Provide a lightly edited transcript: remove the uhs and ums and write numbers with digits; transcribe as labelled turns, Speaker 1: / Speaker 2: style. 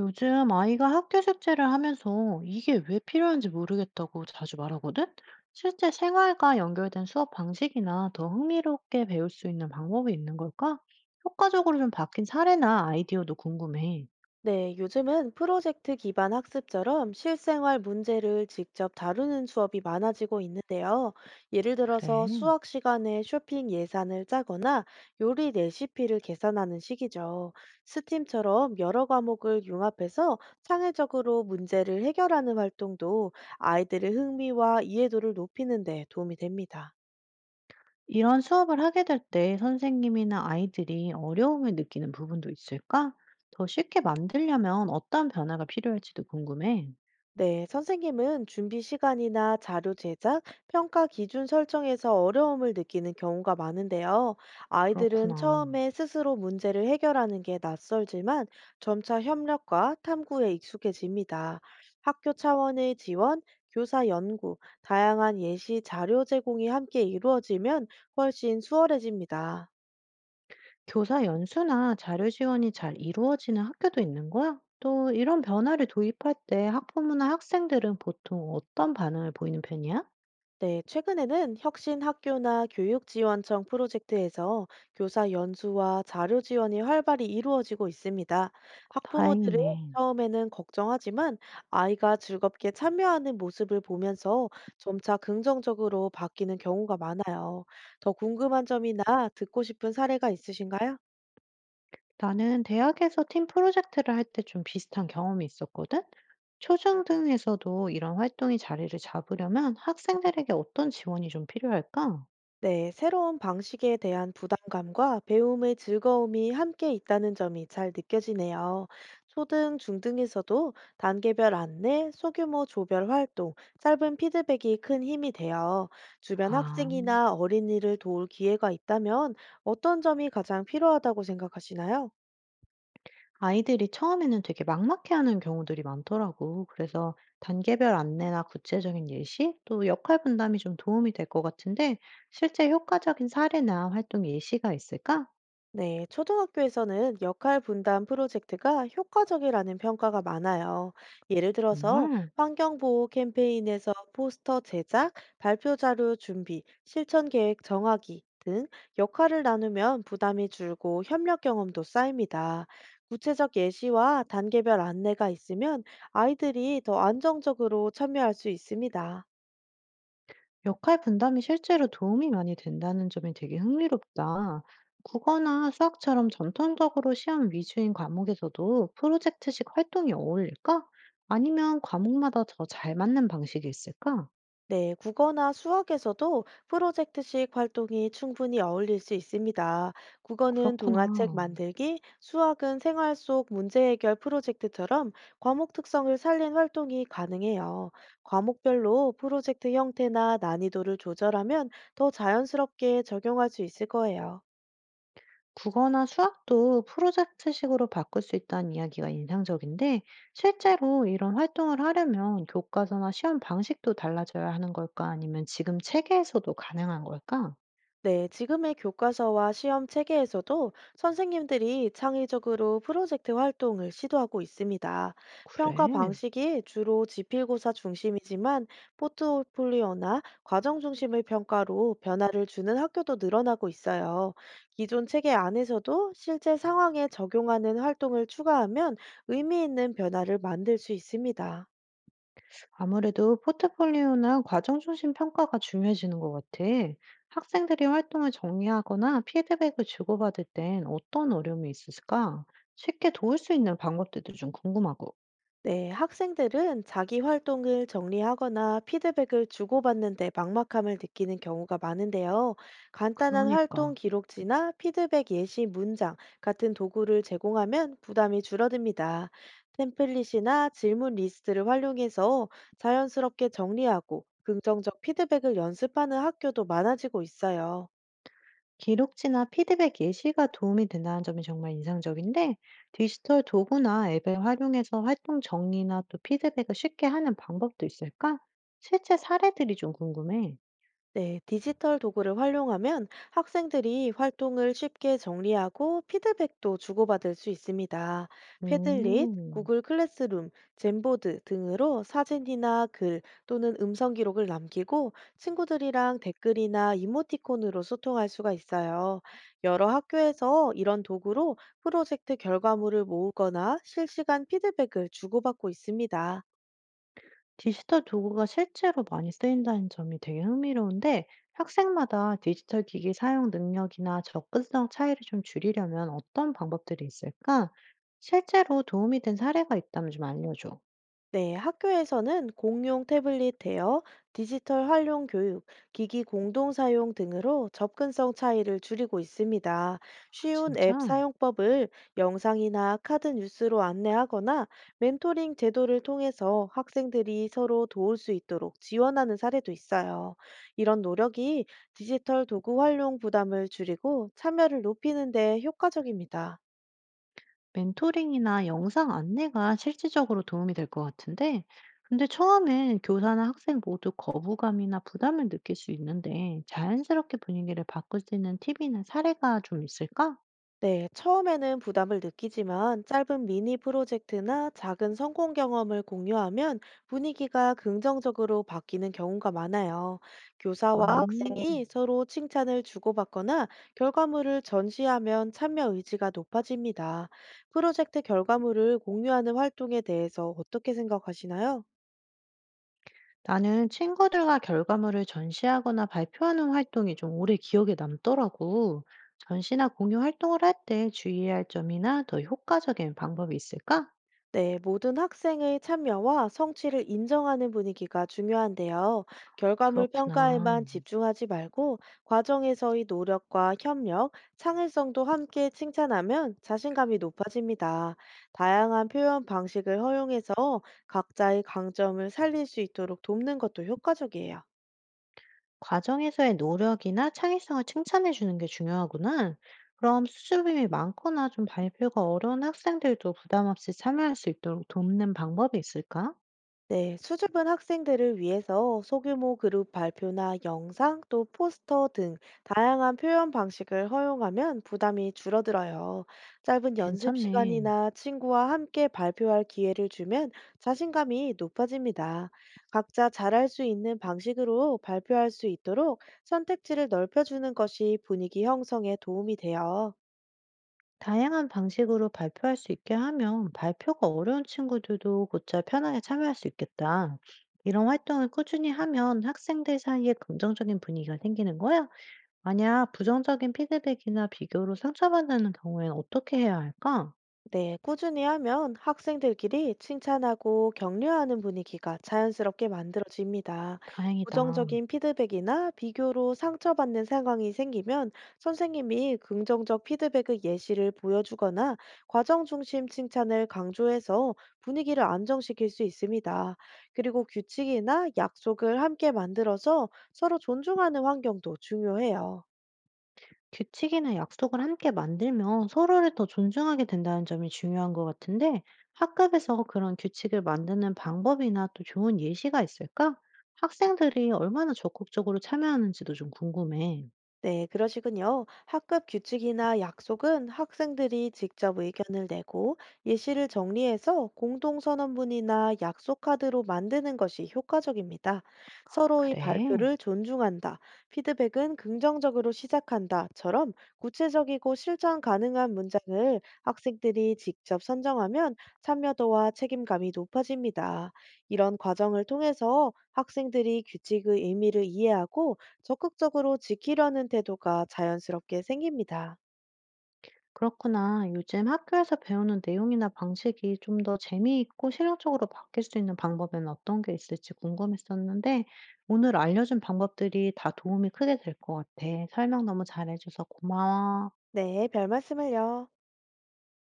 Speaker 1: 요즘 아이가 학교 숙제를 하면서 이게 왜 필요한지 모르겠다고 자주 말하거든? 실제 생활과 연결된 수업 방식이나 더 흥미롭게 배울 수 있는 방법이 있는 걸까? 효과적으로 좀 바뀐 사례나 아이디어도 궁금해.
Speaker 2: 네, 요즘은 프로젝트 기반 학습처럼 실생활 문제를 직접 다루는 수업이 많아지고 있는데요. 예를 들어서
Speaker 1: 그래.
Speaker 2: 수학 시간에 쇼핑 예산을 짜거나 요리 레시피를 계산하는 식이죠. 스팀처럼 여러 과목을 융합해서 창의적으로 문제를 해결하는 활동도 아이들의 흥미와 이해도를 높이는 데 도움이 됩니다.
Speaker 1: 이런 수업을 하게 될 때 선생님이나 아이들이 어려움을 느끼는 부분도 있을까? 더 쉽게 만들려면 어떤 변화가 필요할지도 궁금해.
Speaker 2: 네, 선생님은 준비 시간이나 자료 제작, 평가 기준 설정에서 어려움을 느끼는 경우가 많은데요. 아이들은
Speaker 1: 그렇구나.
Speaker 2: 처음에 스스로 문제를 해결하는 게 낯설지만 점차 협력과 탐구에 익숙해집니다. 학교 차원의 지원, 교사 연구, 다양한 예시 자료 제공이 함께 이루어지면 훨씬 수월해집니다.
Speaker 1: 교사 연수나 자료 지원이 잘 이루어지는 학교도 있는 거야? 또 이런 변화를 도입할 때 학부모나 학생들은 보통 어떤 반응을 보이는 편이야?
Speaker 2: 네, 최근에는 혁신학교나 교육지원청 프로젝트에서 교사 연수와 자료 지원이 활발히 이루어지고 있습니다. 학부모들은
Speaker 1: 다행이네.
Speaker 2: 처음에는 걱정하지만 아이가 즐겁게 참여하는 모습을 보면서 점차 긍정적으로 바뀌는 경우가 많아요. 더 궁금한 점이나 듣고 싶은 사례가 있으신가요?
Speaker 1: 나는 대학에서 팀 프로젝트를 할 때 좀 비슷한 경험이 있었거든? 초중등에서도 이런 활동이 자리를 잡으려면 학생들에게 어떤 지원이 좀 필요할까?
Speaker 2: 네, 새로운 방식에 대한 부담감과 배움의 즐거움이 함께 있다는 점이 잘 느껴지네요. 초등, 중등에서도 단계별 안내, 소규모 조별 활동, 짧은 피드백이 큰 힘이 돼요. 주변
Speaker 1: 아.
Speaker 2: 학생이나 어린이를 도울 기회가 있다면 어떤 점이 가장 필요하다고 생각하시나요?
Speaker 1: 아이들이 처음에는 되게 막막해하는 경우들이 많더라고. 그래서 단계별 안내나 구체적인 예시, 또 역할 분담이 좀 도움이 될 것 같은데, 실제 효과적인 사례나 활동 예시가 있을까?
Speaker 2: 네, 초등학교에서는 역할 분담 프로젝트가 효과적이라는 평가가 많아요. 예를 들어서
Speaker 1: 정말.
Speaker 2: 환경보호 캠페인에서 포스터 제작, 발표 자료 준비, 실천 계획 정하기 등 역할을 나누면 부담이 줄고 협력 경험도 쌓입니다. 구체적 예시와 단계별 안내가 있으면 아이들이 더 안정적으로 참여할 수 있습니다.
Speaker 1: 역할 분담이 실제로 도움이 많이 된다는 점이 되게 흥미롭다. 국어나 수학처럼 전통적으로 시험 위주인 과목에서도 프로젝트식 활동이 어울릴까? 아니면 과목마다 더 잘 맞는 방식이 있을까?
Speaker 2: 네, 국어나 수학에서도 프로젝트식 활동이 충분히 어울릴 수 있습니다. 국어는 동화책
Speaker 1: 그렇구나.
Speaker 2: 만들기, 수학은 생활 속 문제 해결 프로젝트처럼 과목 특성을 살린 활동이 가능해요. 과목별로 프로젝트 형태나 난이도를 조절하면 더 자연스럽게 적용할 수 있을 거예요.
Speaker 1: 국어나 수학도 프로젝트식으로 바꿀 수 있다는 이야기가 인상적인데, 실제로 이런 활동을 하려면 교과서나 시험 방식도 달라져야 하는 걸까? 아니면 지금 체계에서도 가능한 걸까?
Speaker 2: 네, 지금의 교과서와 시험 체계에서도 선생님들이 창의적으로 프로젝트 활동을 시도하고 있습니다. 평가
Speaker 1: 그래.
Speaker 2: 방식이 주로 지필고사 중심이지만 포트폴리오나 과정 중심의 평가로 변화를 주는 학교도 늘어나고 있어요. 기존 체계 안에서도 실제 상황에 적용하는 활동을 추가하면 의미 있는 변화를 만들 수 있습니다.
Speaker 1: 아무래도 포트폴리오나 과정 중심 평가가 중요해지는 것 같아. 학생들이 활동을 정리하거나 피드백을 주고받을 땐 어떤 어려움이 있을까? 쉽게 도울 수 있는 방법들도 좀 궁금하고.
Speaker 2: 네, 학생들은 자기 활동을 정리하거나 피드백을 주고받는데 막막함을 느끼는 경우가 많은데요. 간단한 활동
Speaker 1: 그러니까.
Speaker 2: 기록지나 피드백 예시 문장 같은 도구를 제공하면 부담이 줄어듭니다. 템플릿이나 질문 리스트를 활용해서 자연스럽게 정리하고 긍정적 피드백을 연습하는 학교도 많아지고 있어요.
Speaker 1: 기록지나 피드백 예시가 도움이 된다는 점이 정말 인상적인데, 디지털 도구나 앱을 활용해서 활동 정리나 또 피드백을 쉽게 하는 방법도 있을까? 실제 사례들이 좀 궁금해.
Speaker 2: 네, 디지털 도구를 활용하면 학생들이 활동을 쉽게 정리하고 피드백도 주고받을 수 있습니다. 패들릿,
Speaker 1: 음,
Speaker 2: 구글 클래스룸, 젠보드 등으로 사진이나 글 또는 음성 기록을 남기고 친구들이랑 댓글이나 이모티콘으로 소통할 수가 있어요. 여러 학교에서 이런 도구로 프로젝트 결과물을 모으거나 실시간 피드백을 주고받고 있습니다.
Speaker 1: 디지털 도구가 실제로 많이 쓰인다는 점이 되게 흥미로운데, 학생마다 디지털 기기 사용 능력이나 접근성 차이를 좀 줄이려면 어떤 방법들이 있을까? 실제로 도움이 된 사례가 있다면 좀 알려줘.
Speaker 2: 네, 학교에서는 공용 태블릿 대여, 디지털 활용 교육, 기기 공동 사용 등으로 접근성 차이를 줄이고 있습니다.
Speaker 1: 아,
Speaker 2: 쉬운 앱
Speaker 1: 진짜?
Speaker 2: 사용법을 영상이나 카드 뉴스로 안내하거나 멘토링 제도를 통해서 학생들이 서로 도울 수 있도록 지원하는 사례도 있어요. 이런 노력이 디지털 도구 활용 부담을 줄이고 참여를 높이는 데 효과적입니다.
Speaker 1: 멘토링이나 영상 안내가 실질적으로 도움이 될 것 같은데, 근데 처음엔 교사나 학생 모두 거부감이나 부담을 느낄 수 있는데, 자연스럽게 분위기를 바꿀 수 있는 팁이나 사례가 좀 있을까?
Speaker 2: 네, 처음에는 부담을 느끼지만 짧은 미니 프로젝트나 작은 성공 경험을 공유하면 분위기가 긍정적으로 바뀌는 경우가 많아요. 교사와
Speaker 1: 음.
Speaker 2: 학생이 서로 칭찬을 주고받거나 결과물을 전시하면 참여 의지가 높아집니다. 프로젝트 결과물을 공유하는 활동에 대해서 어떻게 생각하시나요?
Speaker 1: 나는 친구들과 결과물을 전시하거나 발표하는 활동이 좀 오래 기억에 남더라고. 전시나 공유 활동을 할 때 주의해야 할 점이나 더 효과적인 방법이 있을까?
Speaker 2: 네, 모든 학생의 참여와 성취를 인정하는 분위기가 중요한데요. 결과물
Speaker 1: 그렇구나.
Speaker 2: 평가에만 집중하지 말고 과정에서의 노력과 협력, 창의성도 함께 칭찬하면 자신감이 높아집니다. 다양한 표현 방식을 허용해서 각자의 강점을 살릴 수 있도록 돕는 것도 효과적이에요.
Speaker 1: 과정에서의 노력이나 창의성을 칭찬해 주는 게 중요하구나. 그럼 수줍음이 많거나 좀 발표가 어려운 학생들도 부담 없이 참여할 수 있도록 돕는 방법이 있을까?
Speaker 2: 네, 수줍은 학생들을 위해서 소규모 그룹 발표나 영상 또 포스터 등 다양한 표현 방식을 허용하면 부담이 줄어들어요. 짧은 연습
Speaker 1: 괜찮네.
Speaker 2: 시간이나 친구와 함께 발표할 기회를 주면 자신감이 높아집니다. 각자 잘할 수 있는 방식으로 발표할 수 있도록 선택지를 넓혀주는 것이 분위기 형성에 도움이 돼요.
Speaker 1: 다양한 방식으로 발표할 수 있게 하면 발표가 어려운 친구들도 곧잘 편하게 참여할 수 있겠다. 이런 활동을 꾸준히 하면 학생들 사이에 긍정적인 분위기가 생기는 거야? 만약 부정적인 피드백이나 비교로 상처받는 경우에는 어떻게 해야 할까?
Speaker 2: 네, 꾸준히 하면 학생들끼리 칭찬하고 격려하는 분위기가 자연스럽게 만들어집니다.
Speaker 1: 다행이다.
Speaker 2: 부정적인 피드백이나 비교로 상처받는 상황이 생기면 선생님이 긍정적 피드백의 예시를 보여주거나 과정 중심 칭찬을 강조해서 분위기를 안정시킬 수 있습니다. 그리고 규칙이나 약속을 함께 만들어서 서로 존중하는 환경도 중요해요.
Speaker 1: 규칙이나 약속을 함께 만들면 서로를 더 존중하게 된다는 점이 중요한 것 같은데, 학급에서 그런 규칙을 만드는 방법이나 또 좋은 예시가 있을까? 학생들이 얼마나 적극적으로 참여하는지도 좀 궁금해.
Speaker 2: 네, 그러시군요. 학급 규칙이나 약속은 학생들이 직접 의견을 내고 예시를 정리해서 공동선언문이나 약속 카드로 만드는 것이 효과적입니다. 서로의
Speaker 1: 그래.
Speaker 2: 발표를 존중한다, 피드백은 긍정적으로 시작한다처럼 구체적이고 실천 가능한 문장을 학생들이 직접 선정하면 참여도와 책임감이 높아집니다. 이런 과정을 통해서 학생들이 규칙의 의미를 이해하고 적극적으로 지키려는 태도가 자연스럽게 생깁니다.
Speaker 1: 그렇구나. 요즘 학교에서 배우는 내용이나 방식이 좀 더 재미있고 실용적으로 바뀔 수 있는 방법에는 어떤 게 있을지 궁금했었는데, 오늘 알려준 방법들이 다 도움이 크게 될 것 같아. 설명 너무 잘해줘서 고마워.
Speaker 2: 네, 별 말씀을요.